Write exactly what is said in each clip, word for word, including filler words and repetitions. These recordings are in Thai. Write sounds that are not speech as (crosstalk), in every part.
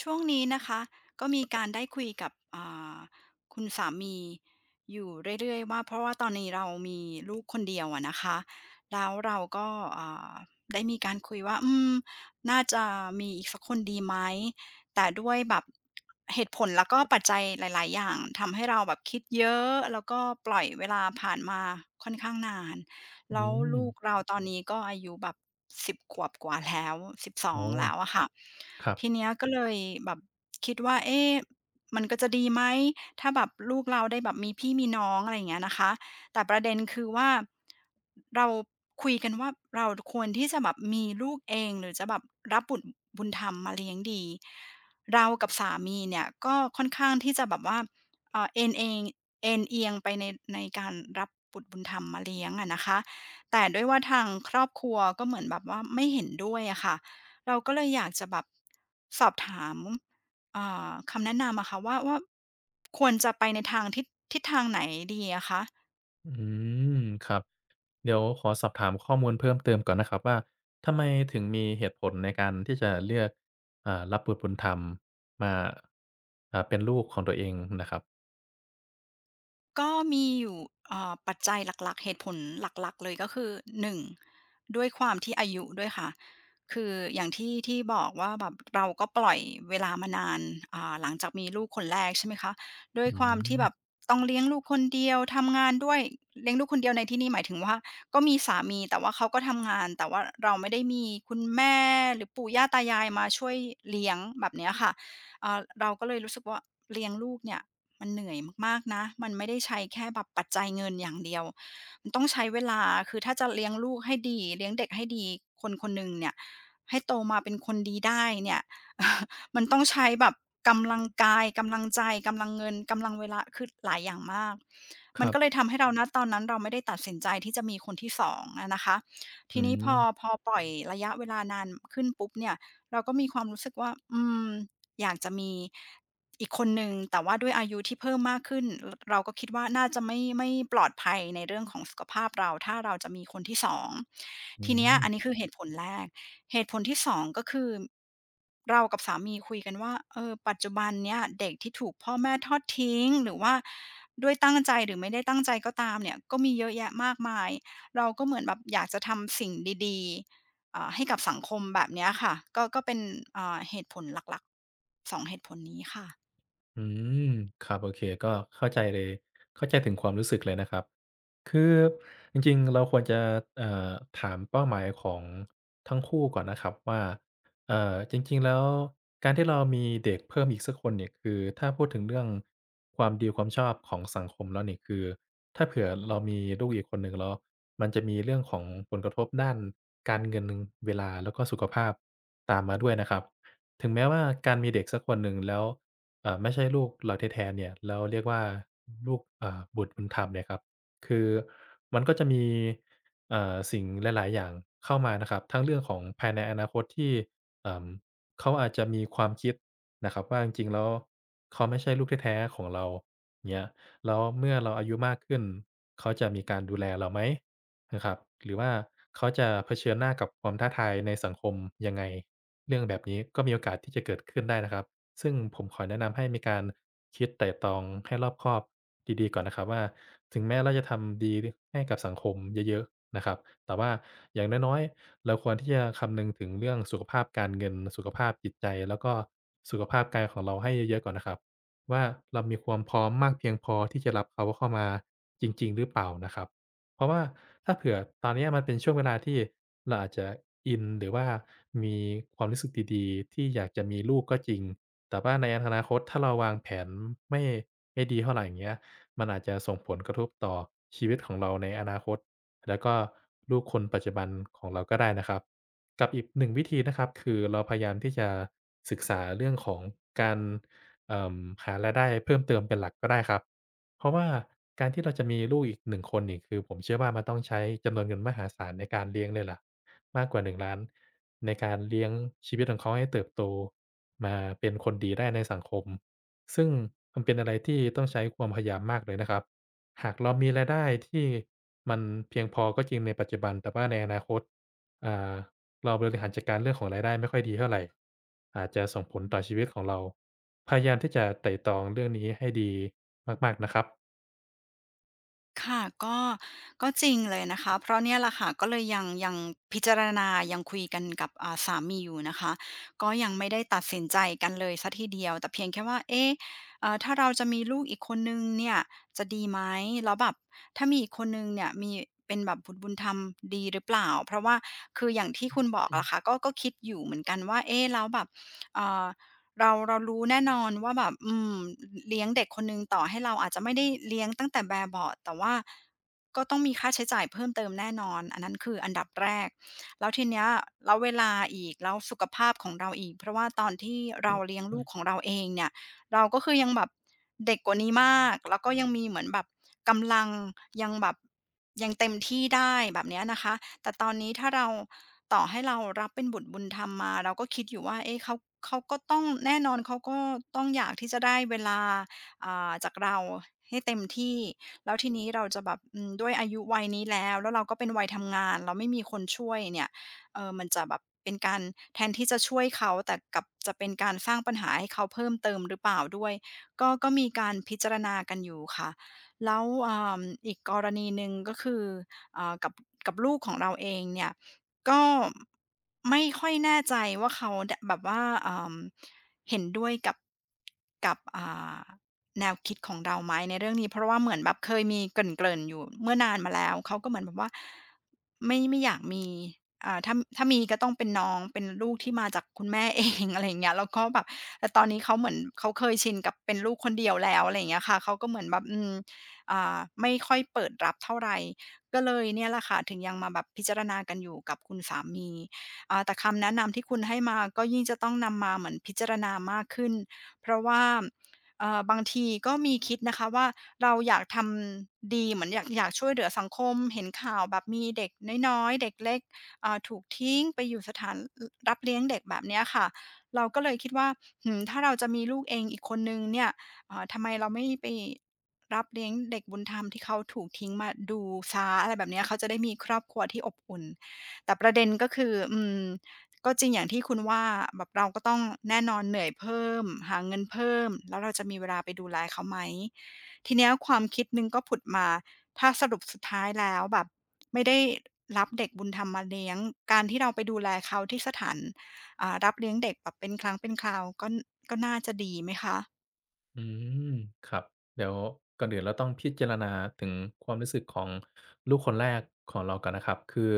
ช่วงนี้นะคะก็มีการได้คุยกับอ่าคุณสามีอยู่เรื่อยๆว่าเพราะว่าตอนนี้เรามีลูกคนเดียวอะนะคะแล้วเราก็อ่าได้มีการคุยว่าอืมน่าจะมีอีกสักคนดีไหมแต่ด้วยแบบเหตุผลแล้วก็ปัจจัยหลายๆอย่างทำให้เราแบบคิดเยอะแล้วก็ปล่อยเวลาผ่านมาค่อนข้างนาน อืแล้วลูมกเราตอนนี้ก็อายุแบบสิบขวบกว่าแล้วสสิบสออ๋งอแล้วอะค่ะครับ ทีเนี้ยก็เลยแบบคิดว่าเอ๊ะมันก็จะดีไหมถ้าแบบลูกเราได้แบบมีพี่มีน้องอะไรอย่างเงี้ยนะคะแต่ประเด็นคือว่าเราคุยกันว่าเราควรที่จะแบบมีลูกเองหรือจะแบบรับบุตรบุญธรรมมาเลี้ยงดีเรากับสามีเนี่ยก็ค่อนข้างที่จะแบบว่าเอ่อเอนเองเอนเอียงไปในในการรับบุตรบุญธรรมมาเลี้ยงอะนะคะ แต่ด้วยว่าทางครอบครัวก็เหมือนแบบว่าไม่เห็นด้วยอะค่ะ เราก็เลยอยากจะแบบสอบถามอ่าคำแนะนำอะค่ะว่าว่าควรจะไปในทางทิศทิศทางไหนดีอะคะ อืม ครับ เดี๋ยวขอสอบถามข้อมูลเพิ่มเติมก่อนนะครับว่าทำไมถึงมีเหตุผลในการที่จะเลือกอ่ารับบุตรบุญธรรมมาอ่าเป็นลูกของตัวเองนะครับ ก็มีอยู่เอ่าปัจจัยหลักๆเหตุผลหลักๆ เลยก็คือหนึ่งด้วยความที่อายุด้วยค่ะคืออย่างที่ที่บอกว่าแบบเราก็ปล่อยเวลามานานอ่าหลังจากมีลูกคนแรกใช่ไหมคะด้วอืยความที่แบบม ต้องเลี้ยงลูกคนเดียวทำงานด้วยเลี้ยงลูกคนเดียวในที่นี่หมายถึงว่าก็มีสามีแต่ว่าเขาก็ทำงานแต่ว่าเราไม่ได้มีคุณแม่หรือปู่ย่าตายายมาช่วยเลี้ยงแบบเนี้ยค่ะเอ่อเราก็เลยรู้สึกว่าเลี้ยงลูกเนี่ย มันเหนื่อยมากๆนะ มันไม่ได้ใช้แค่แบบปัจจัยเงินอย่างเดียวมันต้องใช้เวลาคือถ้าจะเลี้ยงลูกให้ดีเลี้ยงเด็กให้ดีคนคนหนึ่งเนี่ยให้โตมาเป็นคนดีได้เนี่ย (laughs) มันต้องใช้แบบกำลังกายกำลังใจ กำลังเงินกำลังเวลาคือหลายอย่างมาก คมันรัก็เลยบ ทำให้เราณตอนนั้นเราไม่ได้ตัดสินใจที่จะมีคนที่สองอะนะคะทีอืนี้พอมพอปล่อยระยะเวลานานขึ้นปุ๊บเนี่ยเราก็มีความรู้สึกว่าอืมอยากจะมี อีกคนหนึ่งแต่ว่าด้วยอายุที่เพิ่มมากขึ้นรเราก็คิดว่าน่าจะไม่ไม่ปลอดภัยในเรื่องของสุขภาพเราถ้าเราจะมีคนที่สองอืทีเนี้ยม อันนี้คือเหตุผลแรกเหตุผลที่สองก็คือเรากับสามีคุยกันว่าเออปัจจุบันเนี้ยเด็กที่ถูกพ่อแม่ทอดทิ้งหรือว่าด้วยตั้งใจหรือไม่ได้ตั้งใจก็ตามเนี่ยก็มีเยอะแยะมากมายเราก็เหมือนแบบอยากจะทำสิ่งดีๆอ่าให้กับสังคมแบบเนี้ยค่ะก็ก็เป็นอ่าเหตุผลหลักๆสองเหตุผลนี้ค่ะ อืมครับโอเคก็เข้าใจเลยเข้าใจถึงความรู้สึกเลยนะครับคือจริงๆเราควรจะเอ่อถามเป้าหมายของทั้งคู่ก่อนนะครับว่าเอ่อจริงๆแล้วการที่เรามีเด็กเพิ่มอีกสักคนเนี่ยคือถ้าพูดถึงเรื่องความดีความชอบของสังคมแล้วเนี่ยคือถ้าเผื่อเรามีลูกอีกคนหนึ่งแล้วมันจะมีเรื่องของผลกระทบด้านการเงินเวลาแล้วก็สุขภาพตามมาด้วยนะครับถึงแม้ว่าการมีเด็กสักคนหนึ่งแล้ว เอ่อไม่ใช่ลูกเราแท้ๆเนี่ยเราเรียกว่าลูกอ่าบุตรบุญธรรมเนี่ยครับคือมันก็จะมีเอ่อสิ่งหลายๆอย่างเข้ามานะครับทั้งเรื่องของภายในอนาคตที่เอ่อเขาอาจจะมีความคิดนะครับว่าจริงๆแล้วเขาไม่ใช่ลูกแท้ๆของเราเงี้ยแล้วเมื่อเราอายุมากขึ้นเขาจะมีการดูแลเราไหมนะครับหรือว่าเขาจะเผชิญหน้ากับความท้าทายในสังคมยังไงเรื่องแบบนี้ก็มีโอกาสที่จะเกิดขึ้นได้นะครับ ซึ่งผมขอแนะนำให้มีการคิดไตร่ตรองให้รอบคอบดีๆก่อนนะครับว่าถึงแม้เราจะทำดีให้กับสังคมเยอะๆนะครับแต่ว่าอย่างน้อยๆเราควรที่จะคำนึงถึงเรื่องสุขภาพการเงินสุขภาพจิตใจแล้วก็สุขภาพกายของเราให้เยอะๆก่อนนะครับว่าเรามีความพร้อมมากเพียงพอที่จะรับเขาเข้ามาจริงๆหรือเปล่านะครับเพราะว่าถ้าเผื่อตอนเนี้ยมันเป็นช่วงเวลาที่เราอาจจะอินหรือว่ามีความรู้สึกดีๆที่อยากจะมีลูกก็จริง แต่ว่าในอนาคตถ้าเราวางแผนไม่ไม่ดีเท่าไรอย่างเงี้ยมันอาจจะส่งผลกระทบต่อชีวิตของเราในอนาคตแล้วก็ลูกคนปัจจุบันของเราก็ได้นะครับกับอีกหนึ่งวิธีนะครับคือเราพยายามที่จะศึกษาเรื่องของการเอ่อหารายได้เพิ่มเติมเป็นหลักก็ได้ครับเพราะว่าการที่เราจะมีลูกอีกหนึ่งคนนี่คือผมเชื่อว่ามันต้องใช้จำนวนเงินมหาศาลในการเลี้ยงเลยล่ะ มากกว่าหนึ่งล้านในการเลี้ยงชีวิตของเขาให้เติบโตมาเป็นคนดีได้ในสังคมซึ่งมันเป็นอะไรที่ต้องใช้ความพยายามมากเลยนะครับหากเรามีรายได้ที่มันเพียงพอก็จริงในปัจจุบันแต่ว่าในอนาคตอ่าเราบริหารจัดการเรื่องของรายได้ไม่ค่อยดีเท่าไรอาจจะส่งผลต่อชีวิตของเราพยายามที่จะไตร่ตรองเรื่องนี้ให้ดีมากๆนะครับ ค่ะก็ก็จริงเลยนะคะเพราะเนี่ยแหละค่ะก็เลยยังยังพิจารณายังคุยกันกับอ่าสามีอยู่นะคะก็ยังไม่ได้ตัดสินใจกันเลยเสียทีเดียวแต่เพียงแค่ว่าเอ๊ะเอ่อถ้าเราจะมีลูกอีกคนหนึ่งเนี่ยจะดีไหมแล้วแบบถ้ามีอีกคนหนึ่งเนี่ยมีเป็นแบบบุตรบุญธรรมดีหรือเปล่าเพราะว่าคืออย่างที่คุณบอกล่ะค่ะก็ก็คิดอยู่เหมือนกันว่าเอ๊ะแล้วแบบเอ่อ เราเรารู้แน่นอนว่าแบบอืมเลี้ยงเด็กคนหนึ่งต่อให้เราอาจจะไม่ได้เลี้ยงตั้งแต่แบบเบาะแต่ว่าก็ต้องมีค่าใช้จ่ายเพิ่มเติมแน่นอนอันนั้นคืออันดับแรกแล้วทีเนี้ยแล้วเวลาอีกแล้วสุขภาพของเราอีกเพราะว่าตอนที่เราเลี้ยงลูกของเราเองเนี่ยเราก็คือยังแบบเด็กกว่านี้มากแล้วก็ยังมีเหมือนแบบกำลังยังแบบยังเต็มที่ได้แบบเนี้ยนะคะ แต่ตอนนี้ถ้าเราต่อให้เรารับเป็นบุตรบุญธรรมมาเราก็คิดอยู่ว่าเอ๊ะเขาเขาก็ต้องแน่นอนเขาก็ต้องอยากที่จะได้เวลาอ่าจากเราให้เต็มที่แล้วทีนี้เราจะแบบอืมด้วยอายุวัยนี้แล้วแล้วเราก็เป็นวัยทำงานเราไม่มีคนช่วยเนี่ยเอ่อมันจะแบบเป็นการแทนที่จะช่วยเขาแต่กลับจะเป็นการสร้างปัญหาให้เขาเพิ่มเติมหรือเปล่าด้วยก็ก็มีการพิจารณากันอยู่ค่ะแล้วอ่าอีกกรณีหนึ่งก็คือ เอ่อกับกับลูกของเราเองเนี่ยก็ไม่ค่อยแน่ใจว่าเขาดแบบว่าเอ่อเห็นด้วยกับกับอ่าแนวคิดของเราไหมในเรื่องนี้เพราะว่าเหมือนแบบเคยมีเกริ่นๆอยู่เมื่อนานมาแล้วเขาก็เหมือนแบบว่าไม่ไม่อยากมีอ่าถ้าถ้ามีก็ต้องเป็นน้องเป็นลูกที่มาจากคุณแม่เอง (laughs) อะไรอย่างเงี้ยแล้วก็แบบแต่ตอนนี้เขาเหมือนเขาเคยชินกับเป็นลูกคนเดียวแล้วอะไรอย่างเงี้ยค่ะเขาก็เหมือนแบบอืมอ่าไม่ค่อยเปิดรับเท่าไร ก็เลยเนี่ยแหละค่ะถึงยังมาแบบพิจารณากันอยู่กับคุณสามีอ่าแต่คำแนะนำที่คุณให้มาก็ยิ่งจะต้องนำมาเหมือนพิจารณามากขึ้นเพราะว่าเอ่อบางทีก็มีคิดนะคะว่าเราอยากทำดีเหมือนอยากอยากช่วยเหลือสังคมเห็นข่าวแบบมีเด็กน้อยๆเด็กเล็กอ่าถูกทิ้งไปอยู่สถานรรับเลี้ยงเด็กแบบเนี้ยค่ะเราก็เลยคิดว่าหือถ้าเราจะมีลูกเองอีกคนหนึ่งเนี่ยอ่าทำไมเราไม่ไป รับเลี้ยงเด็กบุญธรรมที่เขาถูกทิ้งมาดูช้าอะไรแบบเนี้ยเขาจะได้มีครอบครัวที่อบอุ่นแต่ประเด็นก็คืออืมก็จริงอย่างที่คุณว่าแบบเราก็ต้องแน่นอนเหนื่อยเพิ่มหาเงินเพิ่มแล้วเราจะมีเวลาไปดูแลเขาไหมทีเนี้ยความคิดหนึ่งก็ผุดมาถ้าสรุปสุดท้ายแล้วแบบไม่ได้รับเด็กบุญธรรมมาเลี้ยงการที่เราไปดูแลเขาที่สถานอ่ารับเลี้ยงเด็กแบบเป็นครั้งเป็นคราวก็ก็น่าจะดีไหมคะ อืมครับเดี๋ยวก่อนอื่นเราต้องพิจารณาถึงความรู้สึกของลูกคนแรกของเราก่อนนะครับคือ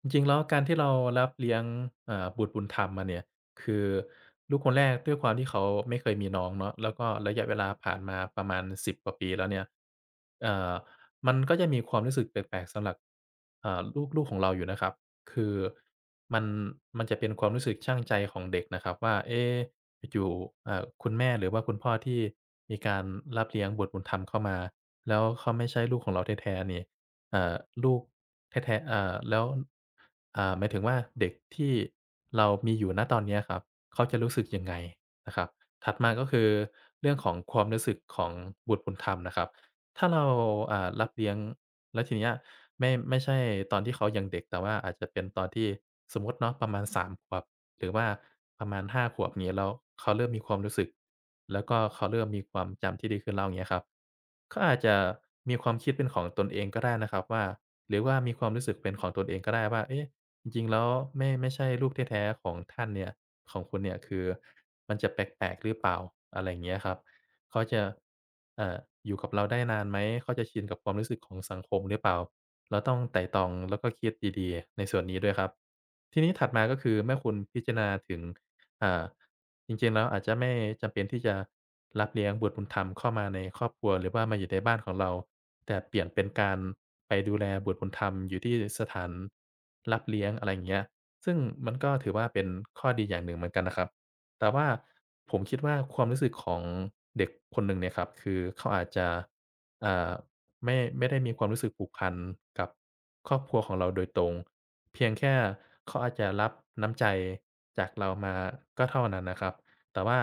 จริงๆแล้วการที่เรารับเลี้ยงเอ่อบุตรบุญธรรมมาเนี่ยคือลูกคนแรกด้วยความที่เขาไม่เคยมีน้องเนาะแล้วก็ระยะเวลาผ่านมาประมาณสิบกว่าปีแล้วเนี่ยเอ่อมันก็จะมีความรู้สึกแปลกๆสำหรับอ่าลูกลูกของเราอยู่นะครับคือมันมันจะเป็นความรู้สึกชั่งใจของเด็กนะครับว่าเอ๊ อยู่ๆเอ่าคุณแม่หรือว่าคุณพ่อที่มีการรับเลี้ยงบุตรบุญธรรมเข้ามาแล้วเขาไม่ใช่ลูกของเราแท้ๆนี่เอ่าลูกแท้ๆอ่าแล้วอ่าหมายถึงว่าเด็กที่เรามีอยู่ณตอนเนี้ยครับเขาจะรู้สึกยังไงนะครับถัดมาก็คือเรื่องของความรู้สึกของบุตรบุญธรรมนะครับถ้าเราอ่ารับเลี้ยงแล้วทีเนี้ยไม่ไม่ใช่ตอนที่เขายังเด็กแต่ว่าอาจจะเป็นตอนที่สมมุติเนาะประมาณสามขวบ หรือว่าประมาณหาขวบองเงี้ยแล้วเขาเริ่มมีความรู้สึกแล้วก็เขาเริ่มมีความจำที่ดีขึ้นแล้วอย่างเงี้ยครับเขาอาจจะมีความคิดเป็นของตนเองก็ได้นะครับว่าหรือว่ามีความรู้สึกเป็นของตนเองก็ได้ว่าเอ๊ะจริงๆแล้วไม่ไม่ใช่ลูกแท้ๆของท่านเนี่ยของคุณเนี่ยคือมันจะแปลกๆหรือเปล่าอะไรอย่างเงี้ยครับ เขาจะเอ่ออยู่กับเราได้นานไหมเขาจะชินกับความรู้สึกของสังคมหรือเปล่าเราต้องไตร่ตรองแล้วก็คิดดีๆ ในส่วนนี้ด้วยครับ ทีนี้ถัดมาก็คือเมื่อคุณพิจารณาถึงอ่าจริงๆแล้วอาจจะไม่จำเป็นที่จะรับเลี้ยงบุตรบุญธรรมเข้ามาในครอบครัวหรือว่ามาอยู่ในบ้านของเราแต่เปลี่ยนเป็นการไปดูแลบุตรบุญธรรมอยู่ที่สถานรับเลี้ยงอะไรอย่างเงี้ยซึ่งมันก็ถือว่าเป็นข้อดีอย่างหนึ่งเหมือนกันนะครับ แต่ว่าผมคิดว่าความรู้สึกของเด็กคนหนึ่งเนี่ยครับคือเขาอาจจะอ่าไม่ไม่ได้มีความรู้สึกผูกพันกับครอบครัวของเราโดยตรงเพียงแค่เขาอาจจะรับน้ำใจจากเรามาก็เท่านั้นนะครับแต่ว่า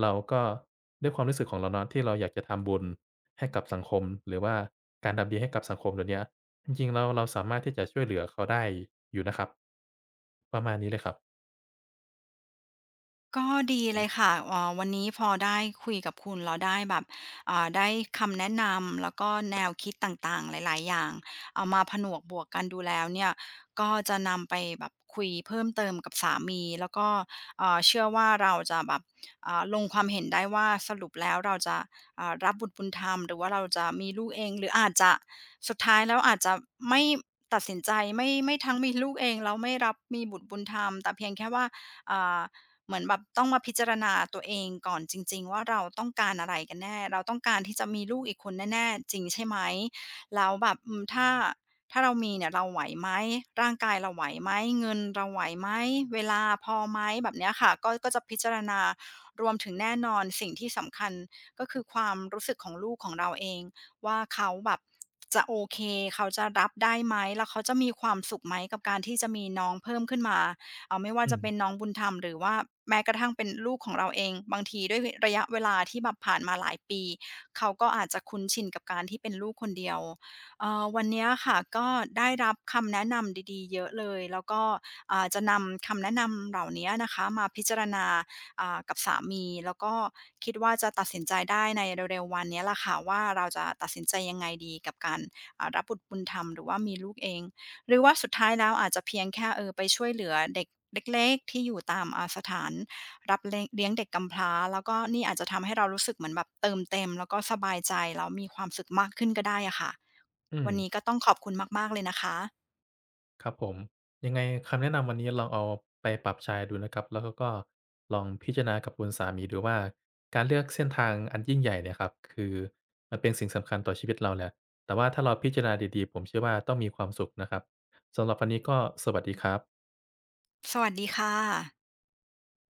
เราก็ด้วยความรู้สึกของเราเนาะที่เราอยากจะทำบุญให้กับสังคมหรือว่าการทำดีให้กับสังคมตัวเนี้ยจริงๆแล้วเราสามารถที่จะช่วยเหลือเขาได้อยู่นะครับประมาณนี้เลยครับก็ดีอืเลมยค่ะเอ่อวันนี้พอได้คุยกับคุณเราได้แบบอ่าได้คำแนะนำแล้วก็แนวคิดต่างๆหลายๆอย่างเอามาผนวกบวกกันดูแล้วเนี่ยก็จะนำไปแบบคุยเพิ่มเติมกับสามีแล้วก็เอ่อเชื่อว่าเราจะแบบอ่าลงความเห็นได้ว่าสรุปแล้วเราจะอ่ารับบุตรบุญธรรมหรือว่าเราจะมีลูกเองหรืออาจจะสุดท้ายแล้วอาจจะไม่ตัดสินใจไม่ไม่ทั้งมีลูกเองแล้วไม่รับมีบุตรบุญธรรมแต่เพียงแค่ว่าอ่า เหมือนแบบต้องมาพิจารณาตัวเองก่อนจริงๆว่าเราต้องการอะไรกันแน่เราต้องการที่จะมีลูกอีกคนแน่ๆจริงใช่ไหมแล้วแบบอืมถ้าถ้าเรามีเนี่ยเราไหวไหมร่างกายเราไหวไหมเงินเราไหวไหมเวลาพอไหมแบบเนี้ยค่ะก็ก็จะพิจารณารวมถึงแน่นอนสิ่งที่สำคัญก็คือความรู้สึกของลูกของเราเองว่าเขาแบบจะโอเคเขาจะรับได้ไหมแล้วเขาจะมีความสุขไหมกับการที่จะมีน้องเพิ่มขึ้นมา เอ่าไม่ว่าอืจะเป็นน้มองบุญธรรมหรือว่าแม้กระทั่งเป็นลูกของเราเองบางทีด้วยระยะเวลาที่แบบผ่านมาหลายปีเขาก็อาจจะคุ้นชินกับการที่เป็นลูกคนเดียวเอ่อวันเนี้ยค่ะก็ได้รับคำแนะนำดีๆเยอะเลยแล้วก็อ่าจะนำคำแนะนำเหล่าเนี้ยนะคะมาพิจารณาอ่ากับสามีแล้วก็คิดว่าจะตัดสินใจได้ในเร็วๆวันเนี้ยแหละค่ะว่าเราจะตัดสินใจยังไงดีกับการอ่ารับบุตรบุญธรรมหรือว่ามีลูกเอง หรือว่าสุดท้ายแล้วอาจจะเพียงแค่เออไปช่วยเหลือเด็กเล็กๆที่อยู่ตามอาสถานรับเล้ยงเลี้ยงเด็กกำพร้าแล้วก็นี่อาจจะทำให้เรารู้สึกเหมือนแบบเติมเต็มแล้วก็สบายใจแล้วมีความสุขมากขึ้นก็ได้อะค่ะอืม วันนี้ก็ต้องขอบคุณมากๆเลยนะคะครับผมยังไงคำแนะนำวันนี้ลองเอาไปปรับใช้ดูนะครับแล้วก็ลองพิจารณากับคุณสามีดูว่าการเลือกเส้นทางอันยิ่งใหญ่เนี่ยครับคือมันเป็นสิ่งสำคัญต่อชีวิตเราแหละแต่ว่าถ้าเราพิจารณาดีๆผมเชื่อว่าต้องมีความสุขนะครับสำหรับวันนี้ก็สวัสดีครับสวัสดีค่ะ